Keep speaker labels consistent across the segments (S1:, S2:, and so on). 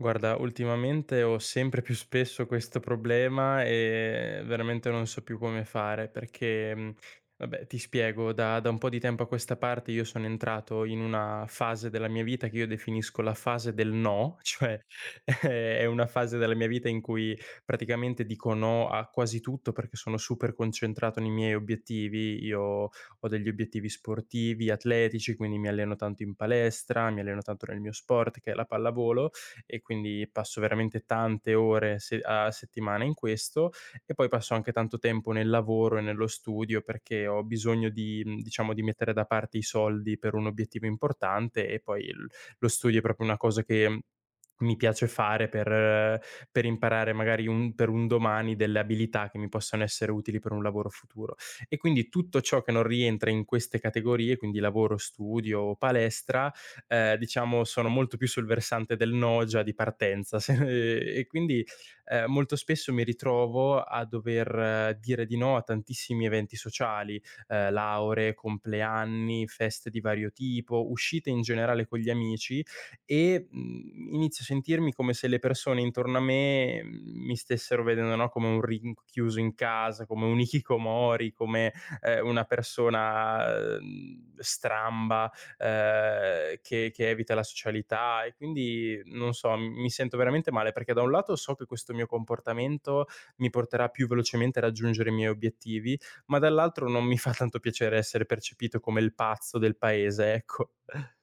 S1: Guarda, ultimamente ho sempre più spesso questo problema e veramente non so più come fare perché, vabbè, ti spiego, da un po' di tempo a questa parte io sono entrato in una fase della mia vita che io definisco la fase del no, cioè è una fase della mia vita in cui praticamente dico no a quasi tutto perché sono super concentrato nei miei obiettivi. Io ho degli obiettivi sportivi, atletici, quindi mi alleno tanto in palestra, mi alleno tanto nel mio sport che è la pallavolo e quindi passo veramente tante ore se a settimana in questo e poi passo anche tanto tempo nel lavoro e nello studio perché ho bisogno di diciamo di mettere da parte i soldi per un obiettivo importante e poi il lo studio è proprio una cosa che mi piace fare per imparare magari un per un domani delle abilità che mi possano essere utili per un lavoro futuro. E quindi tutto ciò che non rientra in queste categorie, quindi lavoro, studio o palestra, diciamo sono molto più sul versante del no già di partenza se e quindi, molto spesso mi ritrovo a dover dire di no a tantissimi eventi sociali, lauree, compleanni, feste di vario tipo, uscite in generale con gli amici e, inizio a sentirmi come se le persone intorno a me mi stessero vedendo, no, come un rinchiuso in casa, come un hikikomori, come, una persona, stramba, che evita la socialità e quindi, non so, mi sento veramente male perché da un lato so che questo mio comportamento mi porterà più velocemente a raggiungere i miei obiettivi, ma dall'altro non mi fa tanto piacere essere percepito come il pazzo del paese, ecco.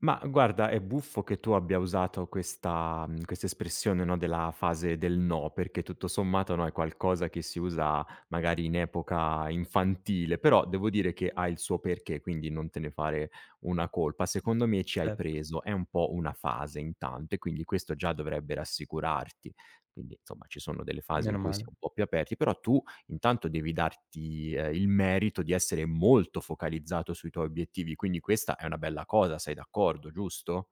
S2: Ma guarda, è buffo che tu abbia usato questa questa espressione, no, della fase del no, perché tutto sommato, no, è qualcosa che si usa magari in epoca infantile, però devo dire che ha il suo perché, quindi non te ne fare una colpa. Secondo me ci hai
S1: Certo,
S2: preso, è un po' una fase intanto e quindi questo già dovrebbe rassicurarti. Quindi, insomma, ci sono delle fasi in
S1: meno
S2: cui si è
S1: male.
S2: un po' più aperti, però tu intanto devi darti, il merito di essere molto focalizzato sui tuoi obiettivi, quindi questa è una bella cosa, sei d'accordo, giusto?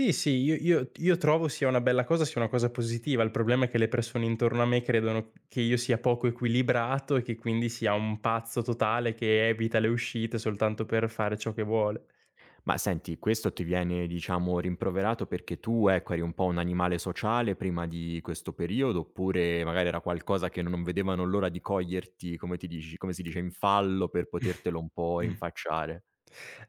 S1: Sì, sì, io trovo sia una bella cosa, sia una cosa positiva. Il problema è che le persone intorno a me credono che io sia poco equilibrato e che quindi sia un pazzo totale che evita le uscite soltanto per fare ciò che vuole.
S2: Ma senti, questo ti viene, diciamo, rimproverato perché tu, ecco, eri un po' un animale sociale prima di questo periodo, oppure magari era qualcosa che non vedevano l'ora di coglierti, come ti dici, come si dice, in fallo per potertelo un po' rinfacciare?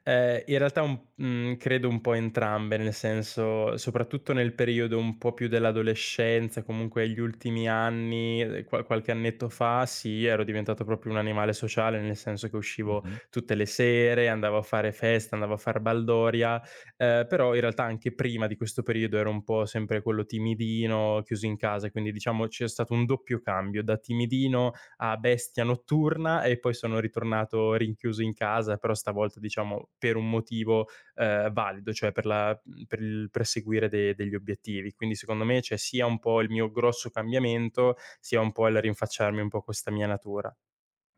S1: In realtà un credo un po' entrambe, nel senso soprattutto nel periodo un po' più dell'adolescenza, comunque gli ultimi anni, qualche annetto fa, sì, ero diventato proprio un animale sociale, nel senso che uscivo
S2: Mh-mh.
S1: tutte le sere, andavo a fare festa, andavo a far baldoria, però in realtà anche prima di questo periodo ero un po' sempre quello timidino, chiuso in casa, quindi diciamo c'è stato un doppio cambio da timidino a Bestia Notturna e poi sono ritornato rinchiuso in casa, però stavolta diciamo per un motivo valido, cioè per, la, per il perseguire degli obiettivi. Quindi secondo me c'è sia un po' il mio grosso cambiamento, sia un po' il rinfacciarmi un po' questa mia natura.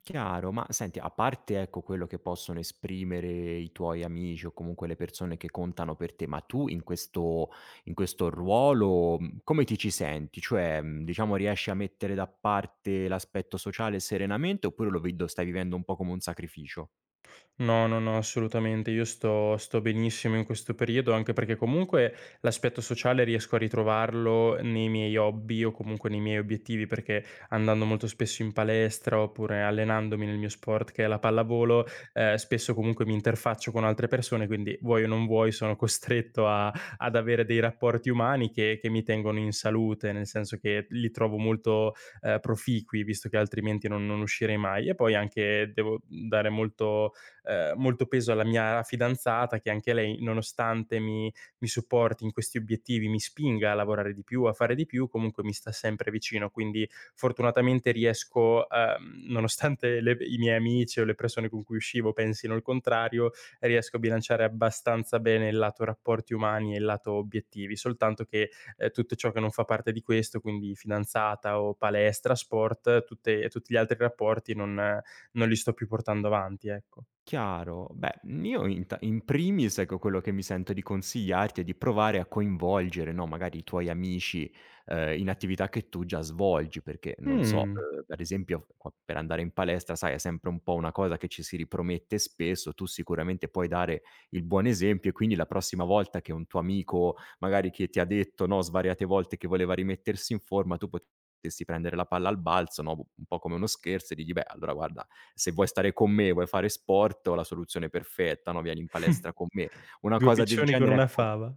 S2: Chiaro, ma senti, a parte ecco quello che possono esprimere i tuoi amici o comunque le persone che contano per te, ma tu in questo ruolo come ti ci senti? Cioè, diciamo, riesci a mettere da parte l'aspetto sociale serenamente oppure lo vedo, stai vivendo un po' come un sacrificio?
S1: No, no, no, assolutamente. Io sto benissimo in questo periodo, anche perché comunque l'aspetto sociale riesco a ritrovarlo nei miei hobby o comunque nei miei obiettivi, perché andando molto spesso in palestra oppure allenandomi nel mio sport che è la pallavolo, spesso comunque mi interfaccio con altre persone, quindi vuoi o non vuoi sono costretto a ad avere dei rapporti umani che mi tengono in salute, nel senso che li trovo molto, proficui, visto che altrimenti non uscirei mai. E poi anche devo dare molto peso alla mia fidanzata che anche lei, nonostante mi supporti in questi obiettivi, mi spinga a lavorare di più, a fare di più, comunque mi sta sempre vicino. Quindi fortunatamente riesco, nonostante le i miei amici o le persone con cui uscivo pensino il contrario, riesco a bilanciare abbastanza bene il lato rapporti umani e il lato obiettivi, soltanto che, tutto ciò che non fa parte di questo, quindi fidanzata o palestra, sport, tutte tutti gli altri rapporti non non li sto più portando avanti, ecco.
S2: Chiaro. Beh, io int in primis, ecco, quello che mi sento di consigliarti è di provare a coinvolgere, no, magari i tuoi amici, in attività che tu già svolgi, perché non so,
S1: Mh.
S2: per esempio qua per andare in palestra, sai, è sempre un po' una cosa che ci si ripromette spesso, tu sicuramente puoi dare il buon esempio e quindi la prossima volta che un tuo amico, magari che ti ha detto, no, svariate volte che voleva rimettersi in forma, tu potessi prendere la palla al balzo, no, un po' come uno scherzo e dirgli: "Beh, allora guarda se vuoi stare con me, vuoi fare sport, ho la soluzione perfetta, no, vieni in palestra con me. Una
S1: 2
S2: cosa del
S1: piccioni con
S2: genere,
S1: una
S2: ecco
S1: fava.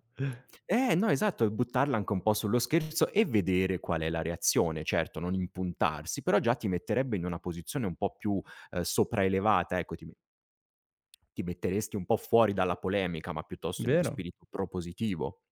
S2: no, esatto, e buttarla anche un po' sullo scherzo e vedere qual è la reazione. Certo, non impuntarsi, però già ti metterebbe in una posizione un po' più, sopraelevata, ecco, ti metteresti un po' fuori dalla polemica, ma piuttosto in uno
S1: Vero.
S2: spirito propositivo.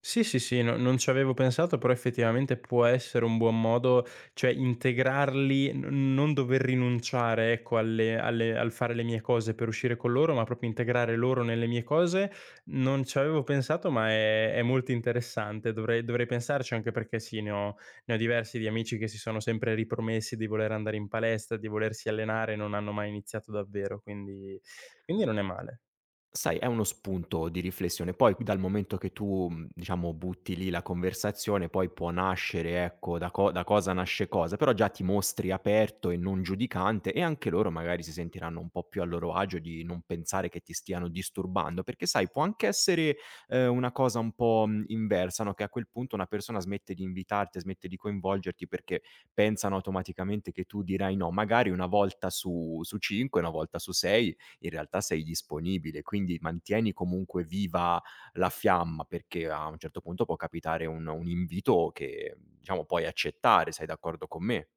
S1: Sì, sì, sì, no, non ci avevo pensato, però effettivamente può essere un buon modo, cioè integrarli, n non dover rinunciare, ecco, alle alle al fare le mie cose per uscire con loro, ma proprio integrare loro nelle mie cose. Non ci avevo pensato, ma è molto interessante. Dovrei pensarci, anche perché sì, ne ho diversi di amici che si sono sempre ripromessi di voler andare in palestra, di volersi allenare, non hanno mai iniziato davvero, quindi non è male.
S2: Sai, è uno spunto di riflessione. Poi dal momento che tu, diciamo butti lì la conversazione, poi può nascere, ecco, da cosa nasce cosa, però già ti mostri aperto e non giudicante e anche loro magari si sentiranno un po' più a loro agio di non pensare che ti stiano disturbando, perché sai, può anche essere, una cosa un po', inversa, no, che a quel punto una persona smette di invitarti, smette di coinvolgerti perché pensano automaticamente che tu dirai no, magari 1 volta su 5, 1 volta su 6 in realtà sei disponibile, quindi mantieni comunque viva la fiamma, perché a un certo punto può capitare un invito che, diciamo, puoi accettare. Sei d'accordo con me?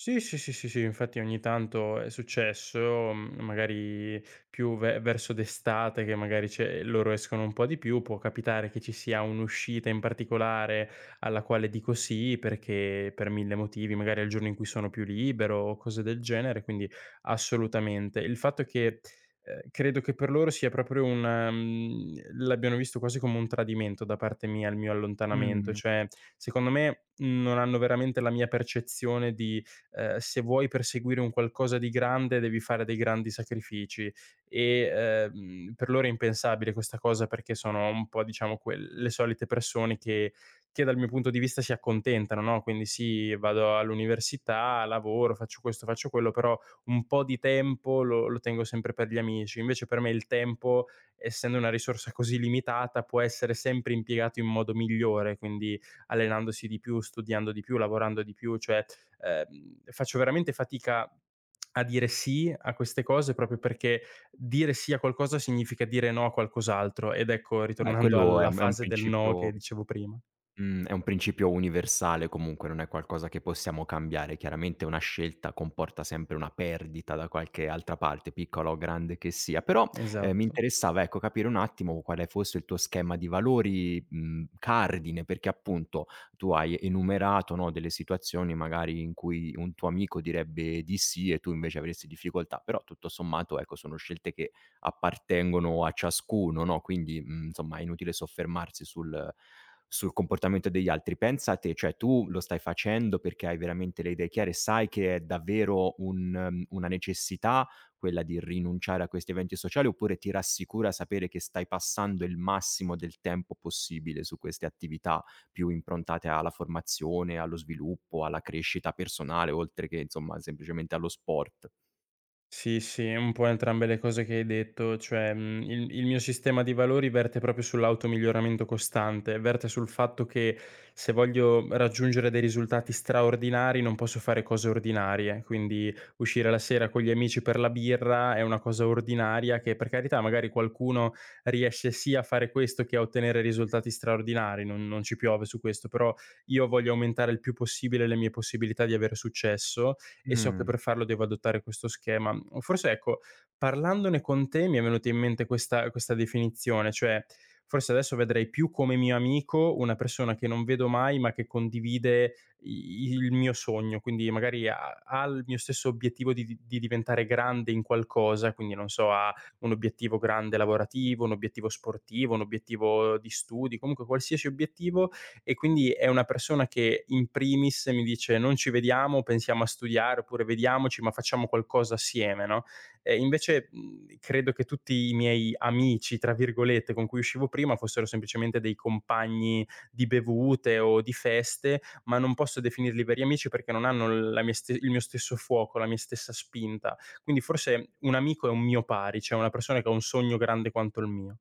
S1: Sì, sì, sì, sì, sì, infatti ogni tanto è successo, magari più ve verso d'estate che magari c'è loro escono un po' di più, può capitare che ci sia un'uscita in particolare alla quale dico sì perché per 1000 motivi, magari è il giorno in cui sono più libero o cose del genere, quindi assolutamente. Il fatto è che, credo che per loro sia proprio un l'abbiano visto quasi come un tradimento da parte mia il mio allontanamento,
S2: Mh.
S1: cioè secondo me non hanno veramente la mia percezione di se vuoi perseguire un qualcosa di grande devi fare dei grandi sacrifici e, per loro è impensabile questa cosa perché sono un po' diciamo quel le solite persone che dal mio punto di vista si accontentano, no, quindi sì, vado all'università, lavoro, faccio questo, faccio quello, però un po' di tempo lo tengo sempre per gli amici. Invece per me il tempo, essendo una risorsa così limitata, può essere sempre impiegato in modo migliore, quindi allenandosi di più, studiando di più, lavorando di più, cioè faccio veramente fatica a dire sì a queste cose proprio perché dire sì a qualcosa significa dire no a qualcos'altro. Ed ecco,
S2: Beh,
S1: ritornando
S2: quello è
S1: alla
S2: un è un
S1: fase del no
S2: principio
S1: che dicevo prima.
S2: mhmm, è un principio universale comunque, non è qualcosa che possiamo cambiare. Chiaramente una scelta comporta sempre una perdita da qualche altra parte, piccola o grande che sia. Però, mi
S1: Esatto.
S2: interessava, ecco, capire un attimo quale fosse il tuo schema di valori, mhmm, cardine, perché appunto tu hai enumerato, no, delle situazioni magari in cui un tuo amico direbbe di sì e tu invece avresti difficoltà, però tutto sommato, ecco, sono scelte che appartengono a ciascuno, no, quindi, mhmm, insomma è inutile soffermarsi sul comportamento degli altri. Pensa a te, cioè tu lo stai facendo perché hai veramente le idee chiare, sai che è davvero un, una necessità quella di rinunciare a questi eventi sociali oppure ti rassicura sapere che stai passando il massimo del tempo possibile su queste attività più improntate alla formazione, allo sviluppo, alla crescita personale, oltre che insomma semplicemente allo sport?
S1: Sì, sì, un po' entrambe le cose che hai detto, cioè, il mio sistema di valori verte proprio sull'automiglioramento costante, verte sul fatto che se voglio raggiungere dei risultati straordinari non posso fare cose ordinarie, quindi uscire la sera con gli amici per la birra è una cosa ordinaria che, per carità, magari qualcuno riesce sia a fare questo che a ottenere risultati straordinari, non ci piove su questo, però io voglio aumentare il più possibile le mie possibilità di avere successo e so che
S2: Mh.
S1: per farlo devo adottare questo schema. Forse ecco, parlandone con te mi è venuta in mente questa definizione, cioè forse adesso vedrei più come mio amico una persona che non vedo mai, ma che condivide i il mio sogno, quindi magari ha il mio stesso obiettivo di di diventare grande in qualcosa, quindi non so, ha un obiettivo grande lavorativo, un obiettivo sportivo, un obiettivo di studi, comunque qualsiasi obiettivo e quindi è una persona che in primis mi dice: "Non ci vediamo, pensiamo a studiare" oppure "Vediamoci, ma facciamo qualcosa assieme", no, invece, credo che tutti i miei "amici" tra virgolette, con cui uscivo prima fossero semplicemente dei compagni di bevute o di feste, ma non posso definirli veri amici perché non hanno la mia ste il mio stesso fuoco, la mia stessa spinta. Quindi forse un amico è un mio pari, cioè una persona che ha un sogno grande quanto il mio.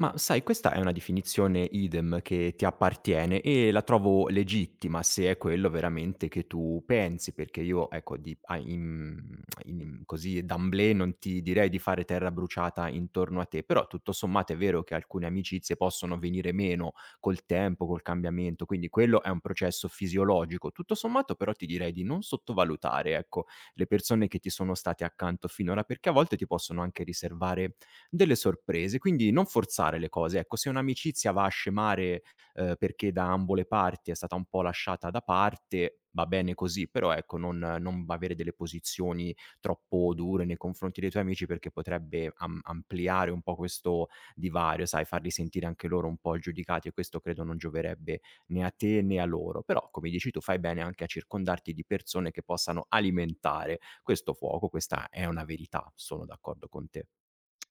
S2: Ma sai, questa è una definizione idem che ti appartiene e la trovo legittima se è quello veramente che tu pensi, perché io, ecco, di, a- in- in- così d'amblè non ti direi di fare terra bruciata intorno a te, però tutto sommato è vero che alcune amicizie possono venire meno col tempo, col cambiamento, quindi quello è un processo fisiologico. Tutto sommato però ti direi di non sottovalutare, ecco, le persone che ti sono state accanto finora, perché a volte ti possono anche riservare delle sorprese, quindi non forzare le cose. Ecco, se un'amicizia va a scemare, perché da ambo le parti è stata un po' lasciata da parte, va bene così, però ecco non va avere delle posizioni troppo dure nei confronti dei tuoi amici perché potrebbe am ampliare un po' questo divario, sai, farli sentire anche loro un po' giudicati e questo credo non gioverebbe né a te né a loro. Però, come dici tu, fai bene anche a circondarti di persone che possano alimentare questo fuoco, questa è una verità, sono d'accordo con te.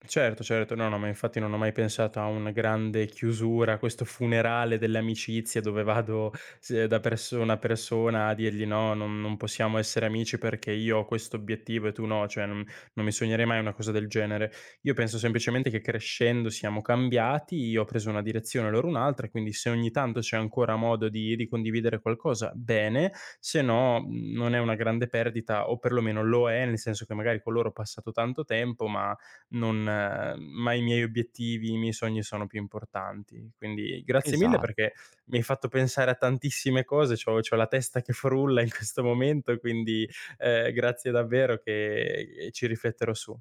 S1: Certo, certo, no, no, ma infatti non ho mai pensato a una grande chiusura, a questo funerale dell'amicizia dove vado s da persona a persona a dirgli: "No, non possiamo essere amici perché io ho questo obiettivo e tu no", cioè non non mi sognerei mai una cosa del genere. Io penso semplicemente che crescendo siamo cambiati, io ho preso una direzione, loro un'altra, quindi se ogni tanto c'è ancora modo di condividere qualcosa, bene, se no, non è una grande perdita o perlomeno lo è, nel senso che magari con loro ho passato tanto tempo, ma non ma i miei obiettivi, i miei sogni sono più importanti. Quindi grazie
S2: Esa
S1: mille perché mi hai fatto pensare a tantissime cose, c'ho la testa che frulla in questo momento, quindi, grazie davvero che ci rifletterò su.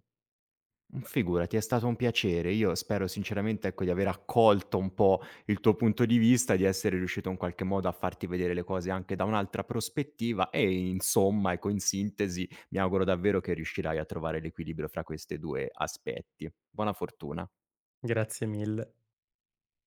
S2: mh, figurati, è stato un piacere. Io spero sinceramente, ecco, di aver accolto un po' il tuo punto di vista, di essere riuscito in qualche modo a farti vedere le cose anche da un'altra prospettiva e insomma, ecco, in sintesi mi auguro davvero che riuscirai a trovare l'equilibrio fra queste 2 aspetti. Buona fortuna.
S1: Grazie mille.